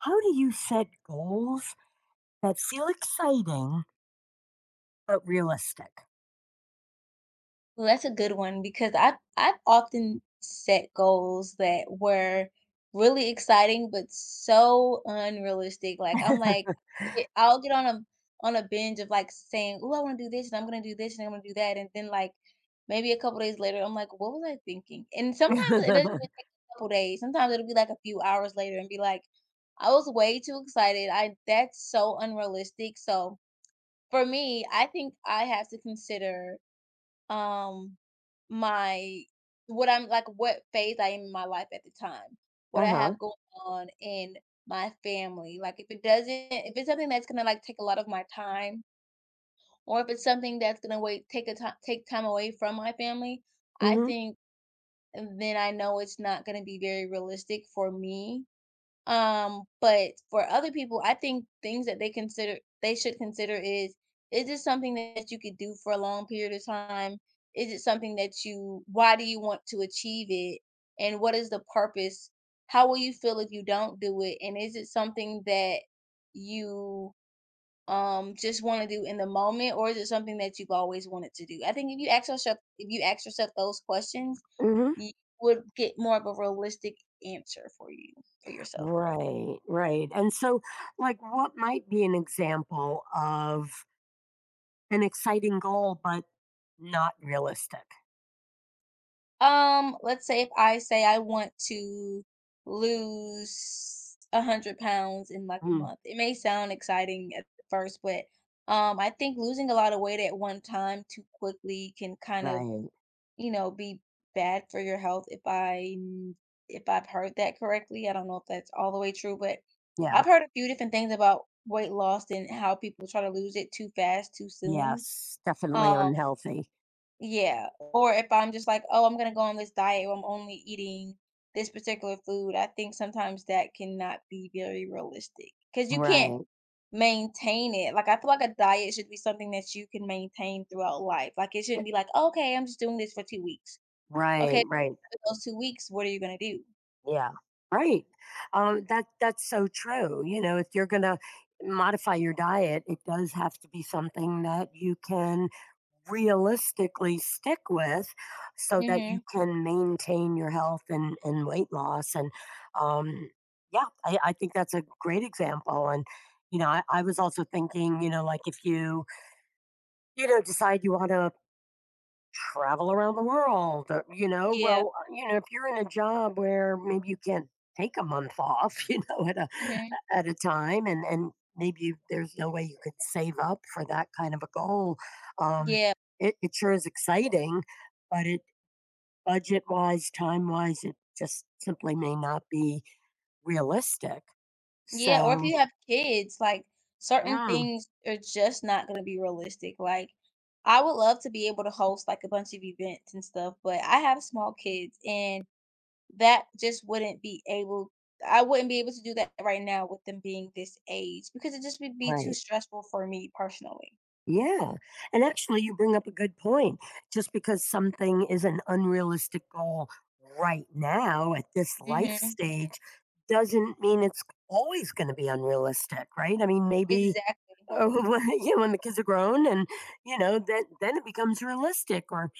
How do you set goals that feel exciting but realistic? Well, that's a good one because I've often set goals that were really exciting but so unrealistic. Like I'll get on a binge of like saying, "Oh, I want to do this and I'm going to do this and I'm going to do that," and then like maybe a couple days later, I'm like, "What was I thinking?" And sometimes it doesn't even take a couple days. Sometimes it'll be like a few hours later and be like, "I was way too excited. I That's so unrealistic." So for me, I think I have to consider um, my what I'm like what phase I am in my life at the time, what I Uh-huh. have going on in my family. Like if it's something that's gonna like take a lot of my time or if it's something that's gonna wait take a time take time away from my family, I hmm think then I know it's not gonna be very realistic for me. But for other people, I think things that they consider they should consider is this something that you could do for a long period of time? Is it something that you why do you want to achieve it? And what is the purpose? How will you feel if you don't do it? And is it something that you just want to do in the moment or is it something that you've always wanted to do? I think if you ask yourself those questions, hmm you would get more of a realistic answer for yourself. Right, right. And so, like, what might be an example of an exciting goal but not realistic? Let's say if I say I want to lose 100 pounds in like a Mm, month. It may sound exciting at first, but I think losing a lot of weight at one time too quickly can kind of, right. Be bad for your health. If I've heard that correctly, I don't know if that's all the way true, but Yeah. I've heard a few different things about weight loss and how people try to lose it too fast, too soon. Yes. Definitely Um, unhealthy. yeah, or if I'm just like, "Oh, I'm gonna go on this diet where I'm only eating this particular food." I think sometimes that cannot be very realistic because you can't Right. maintain it. Like, I feel like a diet should be something that you can maintain throughout life. Like, it shouldn't be like, "Okay, I'm just doing this for 2 weeks." Okay, Right. Right. after those 2 weeks, what are you gonna do? Yeah, right. That's so true. You know, if you're gonna modify your diet, it does have to be something that you can realistically stick with, so that you Mhm. can maintain your health and weight loss. And um, yeah, I think that's a great example. And you know, I was also thinking, you know, like if you you know decide you want to travel around the world, you know? Yeah. Well, you know, if you're in a job where maybe you can't take a month off, you know, Mhm. at a time and maybe there's no way you could save up for that kind of a goal, um, Yeah. it sure is exciting, but it budget wise, time wise, it just simply may not be realistic. Yeah, or if So, you have kids, like certain mm, things are just not going to be realistic. Like, I would love to be able to host like a bunch of events and stuff, but I have small kids and that just wouldn't be able, I wouldn't be able to do that right now with them being this age because it just would be too right. stressful for me personally. Yeah. And actually, you bring up a good point. Just because something is an unrealistic goal right now at this life Hmm stage doesn't mean it's always going to be unrealistic, right? I mean, maybe. Exactly. Oh, when, you know, when the kids are grown, and you know, then it becomes realistic. Or,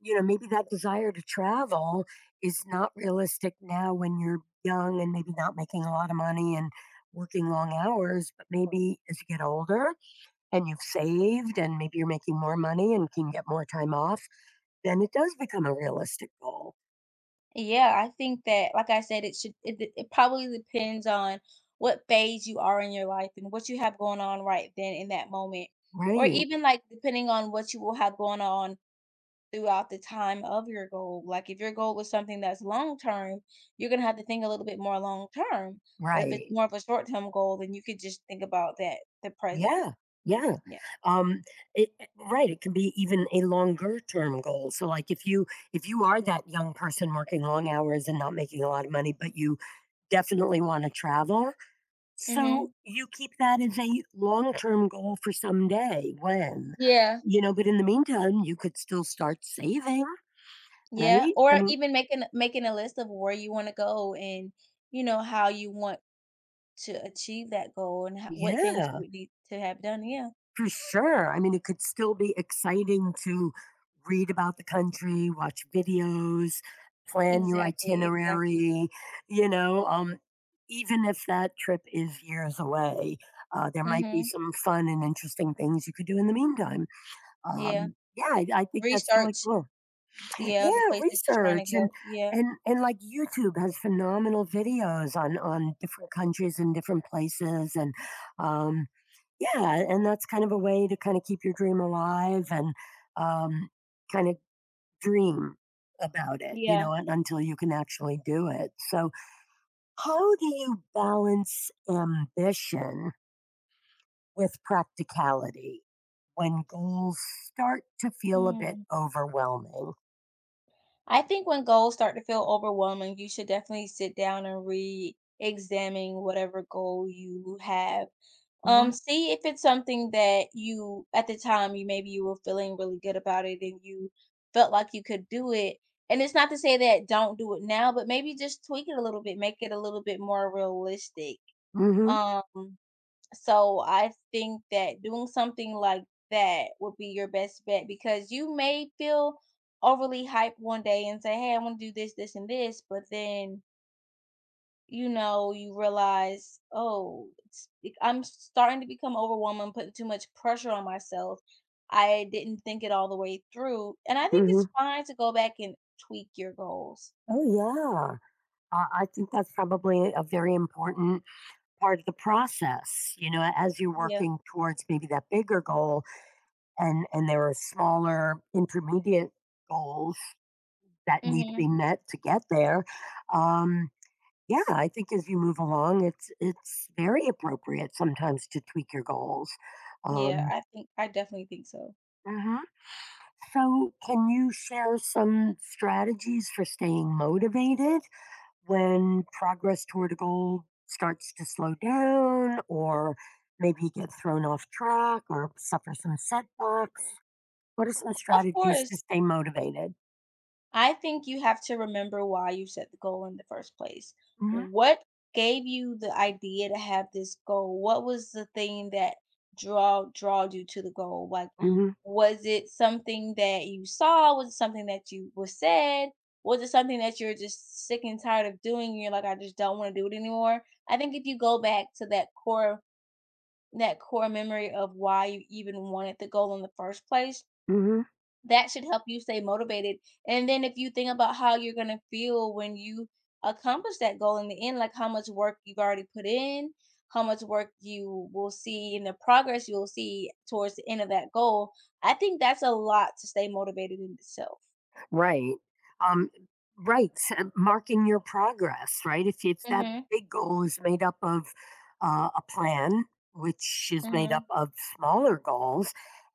you know, maybe that desire to travel is not realistic now when you're young and maybe not making a lot of money and working long hours. But maybe as you get older, and you've saved and maybe you're making more money and can get more time off, then it does become a realistic goal. Yeah, I think that, like I said, it should it, d- it probably depends on what phase you are in your life and what you have going on right then in that moment, or Right. even like depending on what you will have going on throughout the time of your goal. Like if your goal was something that's long term, you're gonna have to think a little bit more long term. But if it's Right. more of a short term goal, then you could just think about that the present. Yeah. Yeah. Yeah. Um right, it can be even a longer term goal. So like if you are that young person working long hours and not making a lot of money, but you definitely want to travel, Mm-hmm. so you keep that as a long term goal for someday when Yeah. you know, but in the meantime, you could still start saving, Yeah. right? I Or mean, even making a list of where you want to go and you know how you want to achieve that goal and ho what things you yeah, would need to have done, yeah. for sure. I mean, it could still be exciting to read about the country, watch videos, plan your Exactly, exactly. itinerary, you know, even if that trip is years away, there might be Mhm, some fun and interesting things you could do in the meantime. yeah. Yeah, I think that's really Research, cool. yeah, Yeah, the place that you're trying to research and go, yeah, and and like YouTube has phenomenal videos on different countries and different places and um yeah, and that's kind of a way to kind of keep your dream alive and um kind of dream about it, you yeah. know, until you can actually do it. So, how do you balance ambition with practicality when goals start to feel a bit Mm. overwhelming? I think when goals start to feel overwhelming, you should definitely sit down and re-examine whatever goal you have. Mhm. See if it's something that you at the time you maybe you were feeling really good about it and you felt like you could do it. And it's not to say that don't do it now, but maybe just tweak it a little bit, make it a little bit more realistic. Mhm. Um, so I think that doing something like that would be your best bet because you may feel overly hyped one day and say, "Hey, I want to do this, this, and this," but then you realize, oh, I'm starting to become overwhelmed. I'm putting too much pressure on myself. I didn't think it all the way through. And I think it's Mhm. fine to go back and tweak your goals. Oh, yeah. I think that's probably a very important part of the process. You know, as you're Yeah. working towards maybe that bigger goal, and there are smaller intermediate goals that need to hmm be met to get there. Um, yeah, I think as you move along, it's very appropriate sometimes to tweak your goals. Yeah, Um, I think, I definitely think so. mhm. So, can you share some strategies for staying motivated when progress toward a goal starts to slow down or maybe get thrown off track or suffer some setbacks? What are some Of strategies to course. stay motivated? I think you have to remember why you set the goal in the first place. hmm What gave you the idea to have this goal? What was the thing that draw draw you to the goal? Like hmm was it something that you saw? Was it something that you was said? Was it something that you're just sick and tired of doing? You're like, I just don't want to do it anymore. I think if you go back to that core memory of why you even wanted the goal in the first place, hmm that should help you stay motivated. And then if you think about how you're going to feel when you accomplish that goal in the end, like how much work you've already put in, how much work you will see in the progress you'll see towards the end of that goal, I think that's a lot to stay motivated in itself. Right. Um, right. Marking your progress, right? If that Mhm. big goal is made up of a plan, which is made up Mhm. of smaller goals,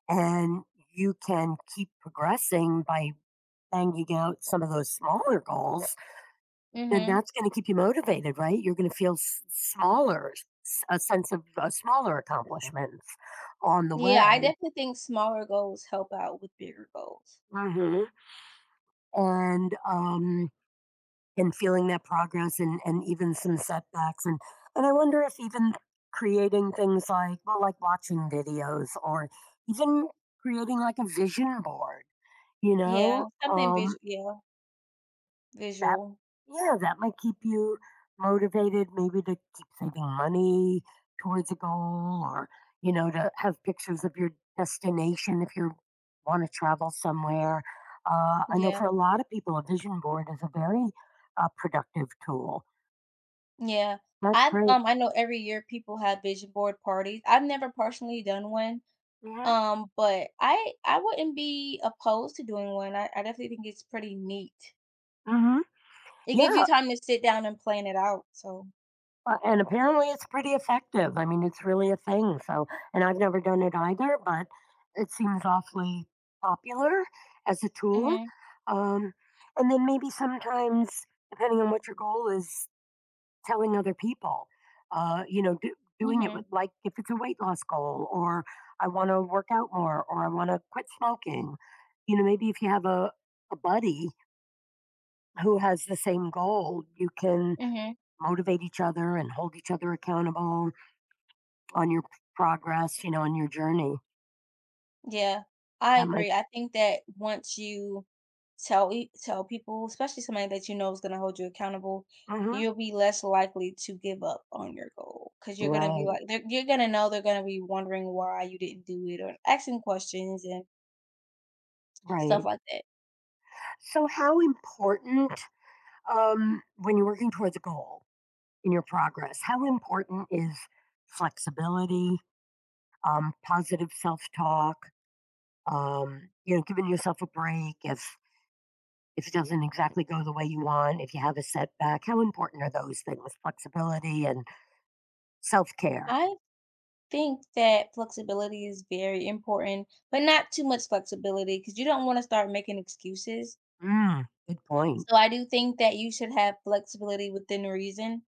and you can keep progressing by banging out some of those smaller goals. Then Mhm. that's gonna keep you motivated, right? You're gonna feel s smaller, s a sense of, smaller accomplishments on the Yeah, I way. definitely think smaller goals help out with bigger goals. Mhm. And, um, and feeling that progress and even some setbacks, and I wonder if even creating things like well, like watching videos or even creating, like, a vision board, you Yeah, know? something visual. Yeah, That visual. yeah, that might keep you motivated maybe to keep saving money towards a goal or, you know, to have pictures of your destination if you want to travel somewhere. I know Yeah. for a lot of people, a vision board is a very productive tool. Yeah. That's great. I know every year people have vision board parties. I've never personally done one. Yeah. But I wouldn't be opposed to doing one. I definitely think it's pretty neat. Hmm. It gives you Yeah. time to sit down and plan it out. So. And apparently it's pretty effective. I mean, it's really a thing. So, and I've never done it either, but it seems awfully popular as a tool. Mhm. Um, and then maybe sometimes, depending on what your goal is, telling other people, you know, doing it with Mhm. like if it's a weight loss goal or I want to work out more or I want to quit smoking, you know, maybe if you have a buddy who has the same goal, you can Mhm. motivate each other and hold each other accountable on your progress, you know, on your journey. Yeah, I That might agree. I think that once you tell people, especially somebody that you know is going to hold you accountable, hmm you'll be less likely to give up on your goal because you're going to be right, like, you're going to know they're going to be wondering why you didn't do it or asking questions and stuff right. like that. So, how important, when you're working towards a goal in your progress, how important is flexibility, positive self talk, you know, giving yourself a break if it doesn't exactly go the way you want, if you have a setback? How important are those things, flexibility and self care? I think that flexibility is very important, but not too much flexibility because you don't want to start making excuses. Mm, good point. So I do think that you should have flexibility within reason.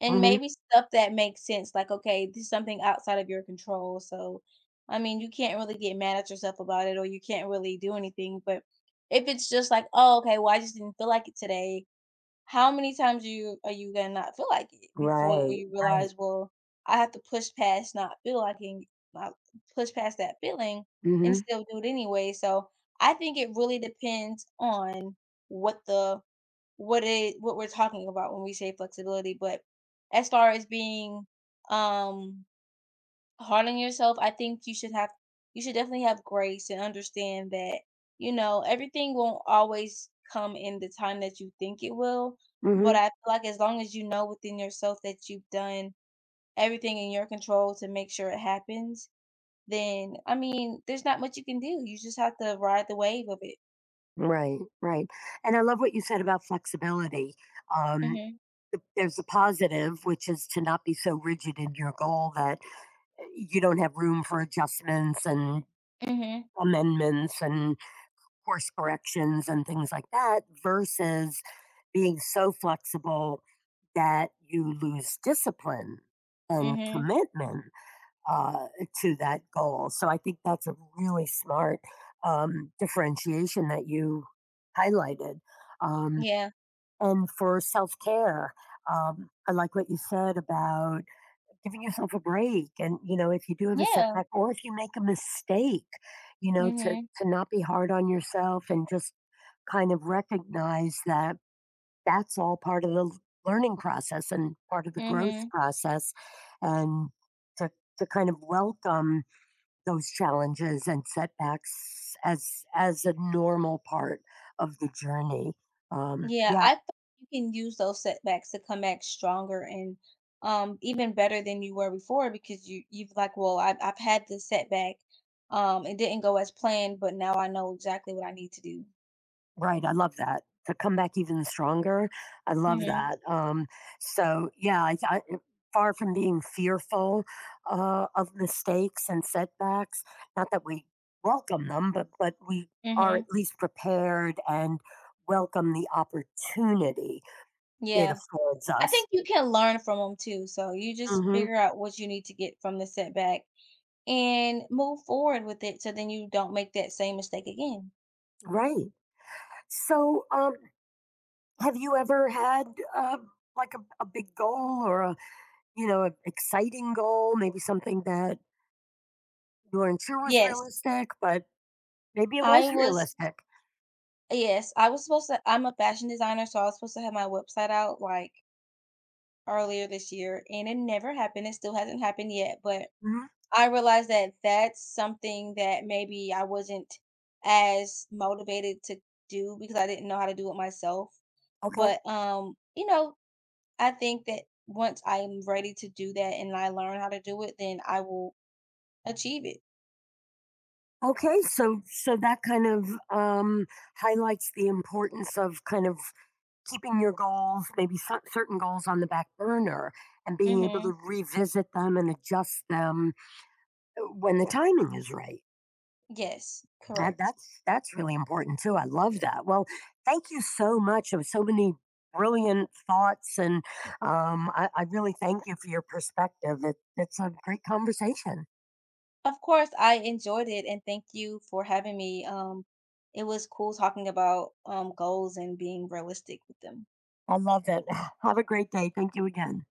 And Hmm. maybe stuff that makes sense, like, okay, this is something outside of your control, so, I mean, you can't really get mad at yourself about it, or you can't really do anything. But if it's just like, "Oh, okay, well, I just didn't feel like it today," how many times are you gonna not feel like it before Right, you right. realize, "Well, I have to push past not feel liking not push past that feeling and hmm still do it anyway." So, I think it really depends on what the what it what we're talking about when we say flexibility. But as far as being um hard on yourself, I think you should definitely have grace and understand that, you know, everything won't always come in the time that you think it will. But hmm I feel like as long as you know within yourself that you've done everything in your control to make sure it happens, then I mean, there's not much you can do. You just have to ride the wave of it. Right, right. And I love what you said about flexibility. Um, Mhm. there's a positive, which is to not be so rigid in your goal that you don't have room for adjustments and Mhm. amendments and course corrections and things like that, versus being so flexible that you lose discipline and Mhm. commitment uh, to that goal. So I think that's a really smart differentiation that you highlighted. Um, Yeah. and for self care, I like what you said about giving yourself a break. And, you know, if you do have a Yeah. setback or if you make a mistake, you know, Mhm. to not be hard on yourself and just kind of recognize that that's all part of the learning process and part of the growth Mhm. process. And to, to kind of welcome those challenges and setbacks as a normal part of the journey Yeah, yeah, I think you can use those setbacks to come back stronger and even better than you were before because well, I've had this setback. It didn't go as planned, but now I know exactly what I need to do. right, I love that. To come back even stronger, I love Mhm. that. So yeah, far from being fearful of mistakes and setbacks, not that we welcome them, but we are at Mhm. least prepared and welcome the opportunity it Yeah. affords I us. think you can learn from them too. So you just Hmm. figure out what you need to get from the setback and move forward with it so then you don't make that same mistake again. Right. So, have you ever had uh, like a big goal or a you know an exciting goal, maybe something that you weren't sure was Yes. realistic, but maybe it was I was realistic. Yes, I was supposed to I'm a fashion designer, so I was supposed to have my website out, like, earlier this year, and it never happened. It still hasn't happened yet, but Mhm. I realized that that's something that maybe I wasn't as motivated to do because I didn't know how to do it myself, Okay. but, you know, I think that once I'm ready to do that and I learn how to do it, then I will achieve it. Okay, so so that kind of highlights the importance of kind of keeping your goals, maybe certain goals on the back burner and being able Mhm. to revisit them and adjust them when the timing is right. Yes, correct. that's really important too. I love that. Well, thank you so much. There was so many brilliant thoughts, and I really thank you for your perspective. It's a great conversation. Of course, I enjoyed it and thank you for having me. It was cool talking about goals and being realistic with them. I love it. Have a great day. Thank you again.